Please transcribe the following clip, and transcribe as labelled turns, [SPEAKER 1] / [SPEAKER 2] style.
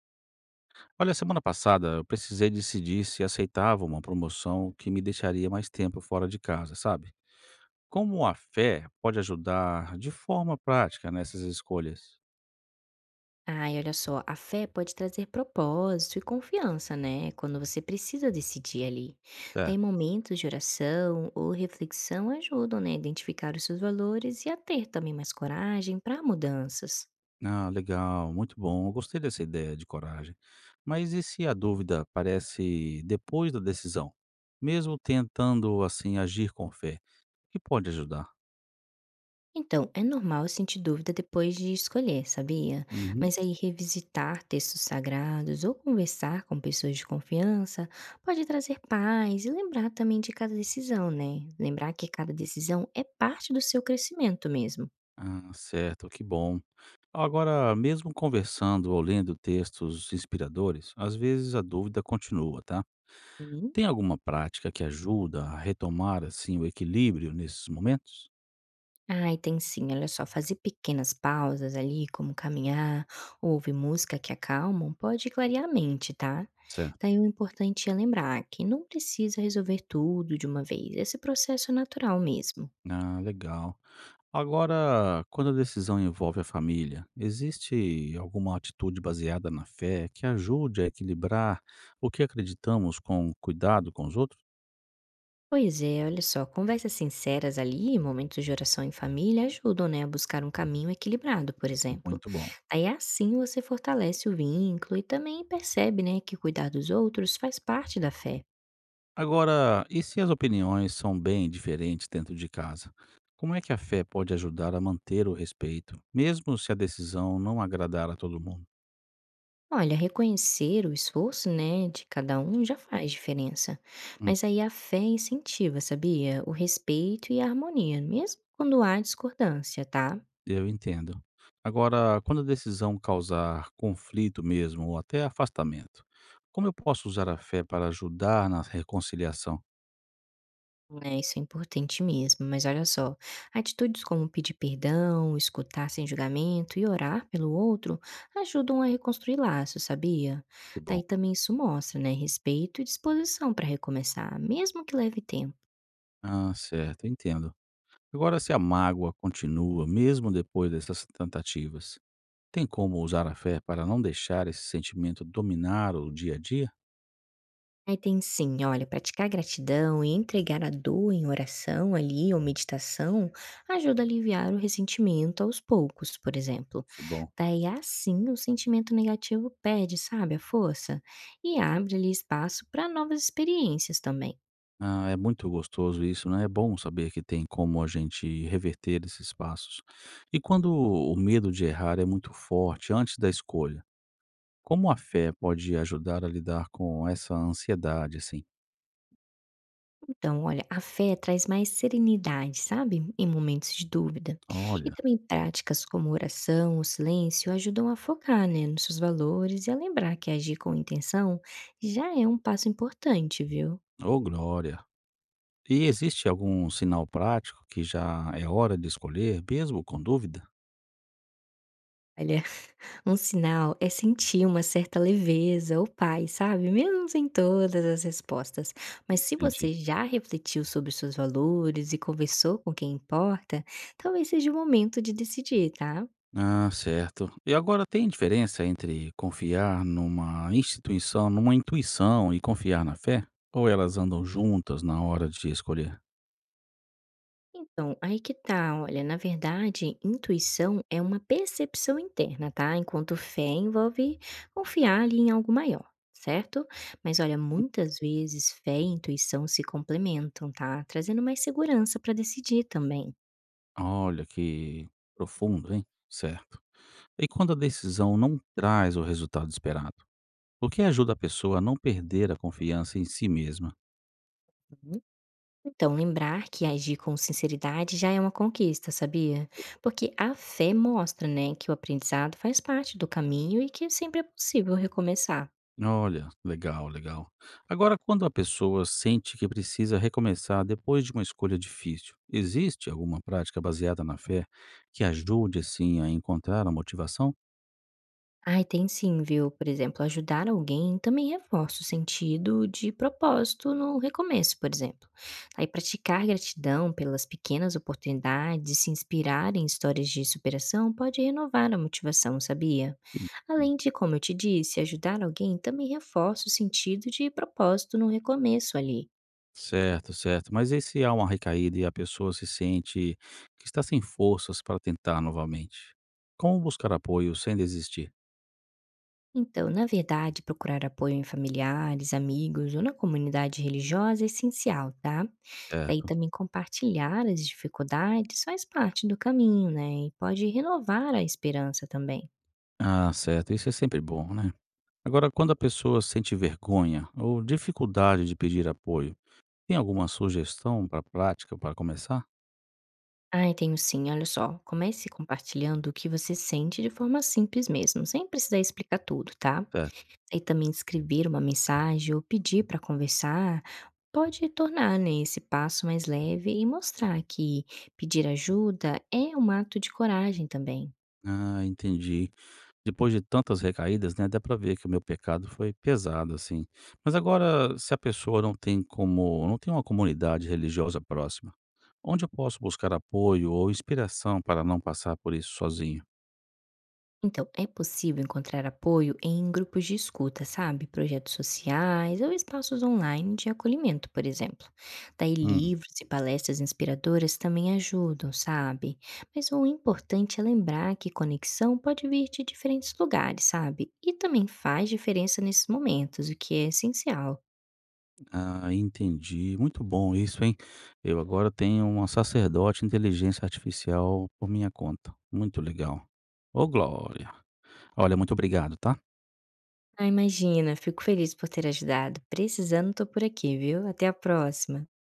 [SPEAKER 1] Olha, semana passada eu precisei decidir se aceitava uma promoção que me deixaria mais tempo fora de casa, sabe? Como a fé pode ajudar de forma prática nessas escolhas?
[SPEAKER 2] Ai, olha só, a fé pode trazer propósito e confiança, né? Quando você precisa decidir ali. Daí
[SPEAKER 1] Certo.
[SPEAKER 2] momentos de oração ou reflexão ajudam, né, a identificar os seus valores e a ter também mais coragem para mudanças.
[SPEAKER 1] Ah, legal, muito bom. Eu gostei dessa ideia de coragem. Mas e se a dúvida aparece depois da decisão? Mesmo tentando, assim, agir com fé, o que pode ajudar?
[SPEAKER 2] Então, é normal sentir dúvida depois de escolher, sabia?
[SPEAKER 1] Uhum.
[SPEAKER 2] Mas aí revisitar textos sagrados ou conversar com pessoas de confiança pode trazer paz e lembrar também de cada decisão, né? Lembrar que cada decisão é parte do seu crescimento mesmo.
[SPEAKER 1] Ah, certo, que bom. Agora, mesmo conversando ou lendo textos inspiradores, às vezes a dúvida continua, tá?
[SPEAKER 2] Uhum.
[SPEAKER 1] Tem alguma prática que ajuda a retomar assim o equilíbrio nesses momentos?
[SPEAKER 2] Ai, tem sim. Olha só, fazer pequenas pausas ali, como caminhar ou ouvir música que acalmam, pode clarear a mente, tá?
[SPEAKER 1] Certo.
[SPEAKER 2] Daí o importante é lembrar que não precisa resolver tudo de uma vez. Esse processo é natural mesmo.
[SPEAKER 1] Ah, legal. Agora, quando a decisão envolve a família, existe alguma atitude baseada na fé que ajude a equilibrar o que acreditamos com cuidado com os outros?
[SPEAKER 2] Pois é, olha só, conversas sinceras ali, momentos de oração em família ajudam, né, a buscar um caminho equilibrado, por exemplo.
[SPEAKER 1] Muito bom.
[SPEAKER 2] Aí assim você fortalece o vínculo e também percebe, né, que cuidar dos outros faz parte da fé.
[SPEAKER 1] Agora, e se as opiniões são bem diferentes dentro de casa? Como é que a fé pode ajudar a manter o respeito, mesmo se a decisão não agradar a todo mundo?
[SPEAKER 2] Olha, reconhecer o esforço, né, de cada um já faz diferença.
[SPEAKER 1] Hum,
[SPEAKER 2] Mas aí a fé incentiva, sabia? O respeito e a harmonia, mesmo quando há discordância, tá?
[SPEAKER 1] eu entendo. Agora, quando a decisão causar conflito mesmo ou até afastamento, como eu posso usar a fé para ajudar na reconciliação?
[SPEAKER 2] É, isso é importante mesmo, mas olha só, atitudes como pedir perdão, escutar sem julgamento e orar pelo outro ajudam a reconstruir laços, sabia?
[SPEAKER 1] Que bom.
[SPEAKER 2] Daí também isso mostra, né, respeito e disposição para recomeçar, mesmo que leve tempo.
[SPEAKER 1] Ah, certo, entendo. Agora, se a mágoa continua mesmo depois dessas tentativas, tem como usar a fé para não deixar esse sentimento dominar o dia a dia?
[SPEAKER 2] Aí tem sim, olha, praticar gratidão e entregar a dor em oração ali ou meditação ajuda a aliviar o ressentimento aos poucos, por exemplo.
[SPEAKER 1] Que bom.
[SPEAKER 2] Daí assim o sentimento negativo perde, sabe, a força e abre ali espaço para novas experiências também.
[SPEAKER 1] Ah, é muito gostoso isso, né? É bom saber que tem como a gente reverter esses passos. E quando o medo de errar é muito forte antes da escolha, como a fé pode ajudar a lidar com essa ansiedade, assim?
[SPEAKER 2] Então, olha, a fé traz mais serenidade, sabe? Em momentos de dúvida. E
[SPEAKER 1] Olha,
[SPEAKER 2] também práticas como oração, o silêncio ajudam a focar, né, nos seus valores e a lembrar que agir com intenção já é um passo importante, viu?
[SPEAKER 1] ô glória! E existe algum sinal prático que já é hora de escolher, mesmo com dúvida?
[SPEAKER 2] Olha, um sinal é sentir uma certa leveza ou paz, sabe? Mesmo sem todas as respostas. Mas se
[SPEAKER 1] Entendi.
[SPEAKER 2] você já refletiu sobre os seus valores e conversou com quem importa, talvez seja o momento de decidir, tá?
[SPEAKER 1] Ah, certo. E agora tem diferença entre confiar numa instituição, numa intuição e confiar na fé? Ou elas andam juntas na hora de escolher?
[SPEAKER 2] Então, aí que tá, olha, na verdade, intuição é uma percepção interna, tá? Enquanto fé envolve confiar ali em algo maior, certo? Mas olha, muitas vezes fé e intuição se complementam, tá? Trazendo mais segurança para decidir também.
[SPEAKER 1] Olha que profundo, hein? Certo. E quando a decisão não traz o resultado esperado, o que ajuda a pessoa a não perder a confiança em si mesma?
[SPEAKER 2] Uhum. Então, lembrar que agir com sinceridade já é uma conquista, sabia? Porque a fé mostra, né, que o aprendizado faz parte do caminho e que sempre é possível recomeçar.
[SPEAKER 1] Olha, legal, legal. Agora, quando a pessoa sente que precisa recomeçar depois de uma escolha difícil, existe alguma prática baseada na fé que ajude, assim, a encontrar a motivação?
[SPEAKER 2] Ai, tem sim, viu? Por exemplo, ajudar alguém também reforça o sentido de propósito no recomeço, por exemplo. Aí, praticar gratidão pelas pequenas oportunidades, se inspirar em histórias de superação pode renovar a motivação, sabia?
[SPEAKER 1] Hum.
[SPEAKER 2] Além de, como eu te disse, ajudar alguém também reforça o sentido de propósito no recomeço ali.
[SPEAKER 1] Certo, certo. Mas e se há uma recaída e a pessoa se sente que está sem forças para tentar novamente? Como buscar apoio sem desistir?
[SPEAKER 2] Então, na verdade, procurar apoio em familiares, amigos ou na comunidade religiosa é essencial, tá? Daí
[SPEAKER 1] Certo.
[SPEAKER 2] também compartilhar as dificuldades faz parte do caminho, né? E pode renovar a esperança também.
[SPEAKER 1] Ah, certo. Isso é sempre bom, né? Agora, quando a pessoa sente vergonha ou dificuldade de pedir apoio, tem alguma sugestão para prática para começar?
[SPEAKER 2] Ai, tenho sim, olha só. Comece compartilhando o que você sente de forma simples mesmo, sem precisar explicar tudo, tá?
[SPEAKER 1] Certo.
[SPEAKER 2] E também escrever uma mensagem ou pedir para conversar pode tornar né, esse passo mais leve e mostrar que pedir ajuda é um ato de coragem também.
[SPEAKER 1] Ah, entendi. Depois de tantas recaídas, né, dá para ver que o meu pecado foi pesado, assim. Mas agora, se a pessoa não tem como não tem uma comunidade religiosa próxima, onde eu posso buscar apoio ou inspiração para não passar por isso sozinho?
[SPEAKER 2] Então, é possível encontrar apoio em grupos de escuta, sabe? Projetos sociais ou espaços online de acolhimento, por exemplo. Daí,
[SPEAKER 1] Hum,
[SPEAKER 2] livros e palestras inspiradoras também ajudam, sabe? Mas o importante é lembrar que conexão pode vir de diferentes lugares, sabe? E também faz diferença nesses momentos, o que é essencial.
[SPEAKER 1] ah, entendi. Muito bom isso, hein. Eu agora tenho uma sacerdote inteligência artificial por minha conta. Muito legal. Ô glória. Olha, muito obrigado, tá.
[SPEAKER 2] Ah, imagina, fico feliz por ter ajudado. Precisando, tô por aqui, viu? Até a próxima!